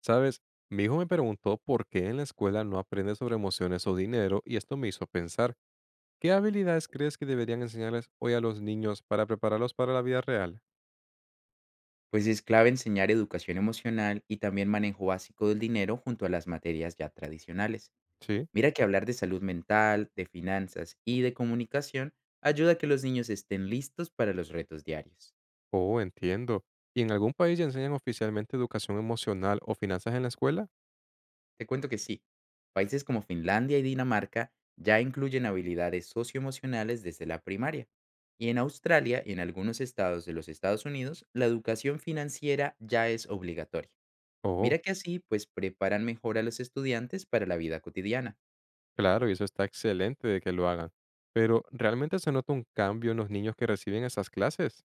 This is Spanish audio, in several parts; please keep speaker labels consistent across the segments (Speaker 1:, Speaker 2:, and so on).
Speaker 1: Sabes, mi hijo me preguntó por qué en la escuela no aprende sobre emociones o dinero y esto me hizo pensar, ¿qué habilidades crees que deberían enseñarles hoy a los niños para prepararlos para la vida real?
Speaker 2: Pues es clave enseñar educación emocional y también manejo básico del dinero junto a las materias ya tradicionales.
Speaker 1: Sí,
Speaker 2: Mira que hablar de salud mental, de finanzas y de comunicación ayuda a que los niños estén listos para los retos diarios.
Speaker 1: oh, entiendo. ¿Y en algún país ya enseñan oficialmente educación emocional o finanzas en la escuela?
Speaker 2: Te cuento que sí, países como Finlandia y Dinamarca ya incluyen habilidades socioemocionales desde la primaria. Y en Australia y en algunos estados de los Estados Unidos, la educación financiera ya es obligatoria.
Speaker 1: Oh,
Speaker 2: Mira que así, pues preparan mejor a los estudiantes para la vida cotidiana.
Speaker 1: claro, y eso está excelente de que lo hagan. Pero, ¿realmente se nota un cambio en los niños que reciben esas clases?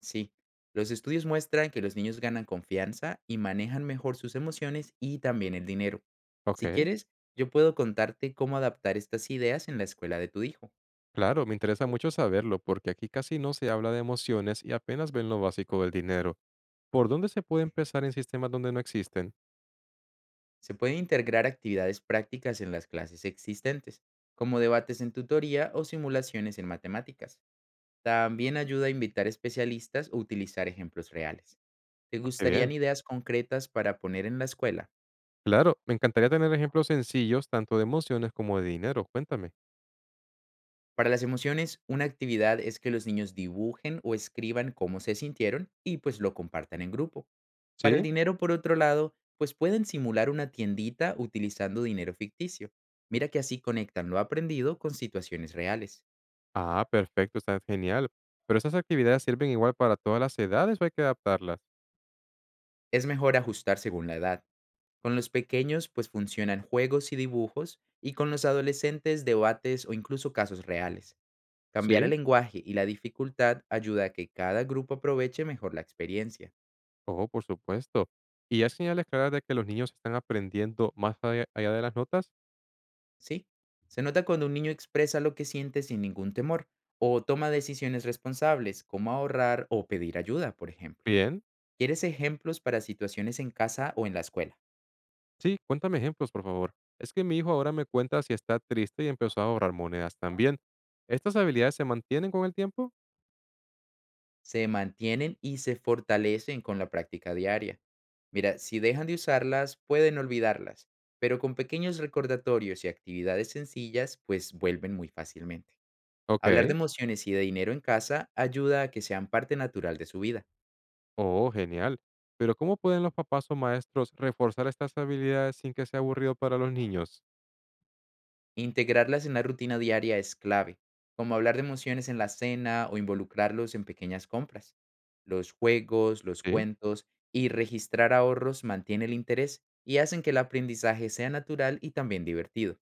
Speaker 2: Sí, los estudios muestran que los niños ganan confianza y manejan mejor sus emociones y también el dinero.
Speaker 1: Ok,
Speaker 2: Si quieres, yo puedo contarte cómo adaptar estas ideas en la escuela de tu hijo.
Speaker 1: claro, me interesa mucho saberlo porque aquí casi no se habla de emociones y apenas ven lo básico del dinero. ¿Por dónde se puede empezar en sistemas donde no existen?
Speaker 2: Se pueden integrar actividades prácticas en las clases existentes, como debates en tutoría o simulaciones en matemáticas. También ayuda a invitar especialistas o utilizar ejemplos reales. ¿Te
Speaker 1: Oh, qué bien.
Speaker 2: gustarían ideas concretas para poner en la escuela?
Speaker 1: Claro, me encantaría tener ejemplos sencillos tanto de emociones como de dinero, cuéntame.
Speaker 2: Para las emociones, una actividad es que los niños dibujen o escriban cómo se sintieron y pues lo compartan en grupo. Para el
Speaker 1: ¿Sí?
Speaker 2: dinero, por otro lado, pues pueden simular una tiendita utilizando dinero ficticio.
Speaker 1: Mm,
Speaker 2: Mira que así conectan lo aprendido con situaciones reales.
Speaker 1: ah, perfecto, está genial. ¿Pero esas actividades sirven igual para todas las edades o hay que adaptarlas?
Speaker 2: Es mejor ajustar según la edad. Con los pequeños, pues funcionan juegos y dibujos, y con los adolescentes, debates o incluso casos reales. Cambiar el
Speaker 1: Sí.
Speaker 2: lenguaje y la dificultad ayuda a que cada grupo aproveche mejor la experiencia.
Speaker 1: Oh, por supuesto. ¿Y hay señales claras de que los niños están aprendiendo más allá de las notas?
Speaker 2: Sí, se nota cuando un niño expresa lo que siente sin ningún temor o toma decisiones responsables, como ahorrar o pedir ayuda, por ejemplo.
Speaker 1: Bien.
Speaker 2: ¿Quieres ejemplos para situaciones en casa o en la escuela?
Speaker 1: Sí, cuéntame ejemplos, por favor. Es que mi hijo ahora me cuenta si está triste y empezó a ahorrar monedas también. ¿Estas habilidades se mantienen con el tiempo?
Speaker 2: Se mantienen y se fortalecen con la práctica diaria. Mira, si dejan de usarlas, pueden olvidarlas, pero con pequeños recordatorios y actividades sencillas, pues vuelven muy fácilmente. Hablar de
Speaker 1: Ok.
Speaker 2: emociones y de dinero en casa ayuda a que sean parte natural de su vida.
Speaker 1: Oh, genial. Pero ¿cómo pueden los papás o maestros reforzar estas habilidades sin que sea aburrido para los niños?
Speaker 2: Integrarlas en la rutina diaria es clave, como hablar de emociones en la cena o involucrarlos en pequeñas compras. Los juegos, los
Speaker 1: Sí.
Speaker 2: cuentos y registrar ahorros mantiene el interés y hacen que el aprendizaje sea natural y también divertido.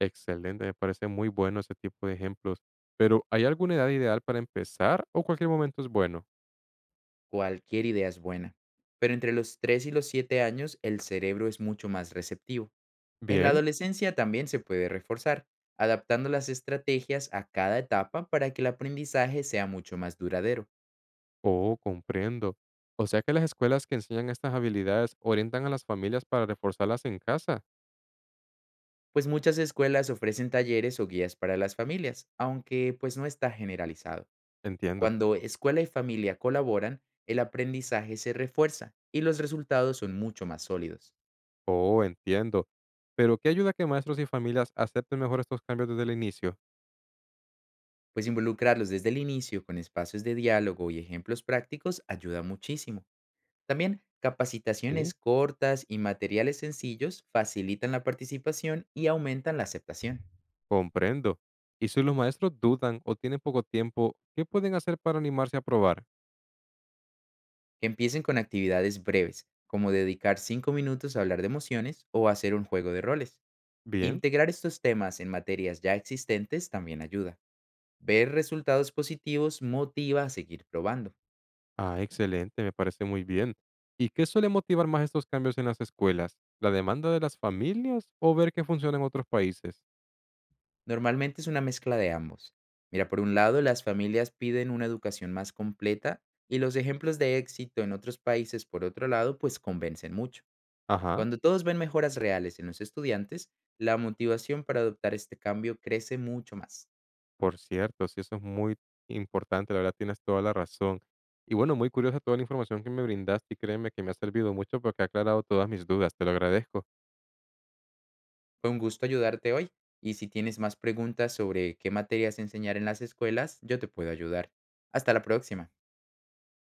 Speaker 1: Excelente, me parece muy bueno ese tipo de ejemplos. Pero ¿hay alguna edad ideal para empezar o cualquier momento es bueno?
Speaker 2: Cualquier idea es buena. Pero entre los 3 y los 7 años el cerebro es mucho más receptivo. En la
Speaker 1: Bien.
Speaker 2: adolescencia también se puede reforzar, adaptando las estrategias a cada etapa para que el aprendizaje sea mucho más duradero.
Speaker 1: Oh, comprendo. O sea que las escuelas que enseñan estas habilidades orientan a las familias para reforzarlas en casa.
Speaker 2: Pues muchas escuelas ofrecen talleres o guías para las familias, aunque pues no está generalizado.
Speaker 1: Entiendo.
Speaker 2: Cuando escuela y familia colaboran, el aprendizaje se refuerza y los resultados son mucho más sólidos.
Speaker 1: Oh, entiendo. Pero ¿qué ayuda a que maestros y familias acepten mejor estos cambios desde el inicio?
Speaker 2: Pues involucrarlos desde el inicio con espacios de diálogo y ejemplos prácticos ayuda muchísimo. También
Speaker 1: Sí.
Speaker 2: capacitaciones cortas y materiales sencillos facilitan la participación y aumentan la aceptación.
Speaker 1: Comprendo. ¿Y si los maestros dudan o tienen poco tiempo, qué pueden hacer para animarse a probar?
Speaker 2: Que empiecen con actividades breves, como dedicar 5 minutos a hablar de emociones o hacer un juego de roles.
Speaker 1: Bien.
Speaker 2: Integrar estos temas en materias ya existentes también ayuda. Ver resultados positivos motiva a seguir probando.
Speaker 1: Ah, excelente, me parece muy bien. ¿Y qué suele motivar más estos cambios en las escuelas? ¿La demanda de las familias o ver qué funciona en otros países?
Speaker 2: Normalmente es una mezcla de ambos. Mira, por un lado, las familias piden una educación más completa y los ejemplos de éxito en otros países, por otro lado, pues convencen mucho.
Speaker 1: Ajá,
Speaker 2: Cuando todos ven mejoras reales en los estudiantes, la motivación para adoptar este cambio crece mucho más.
Speaker 1: por cierto, sí, eso es muy importante, la verdad tienes toda la razón. Y bueno, muy curiosa toda la información que me brindaste y créeme que me ha servido mucho porque ha aclarado todas mis dudas, te lo agradezco.
Speaker 2: Fue un gusto ayudarte hoy y si tienes más preguntas sobre qué materias enseñar en las escuelas, yo te puedo ayudar. Hasta la próxima.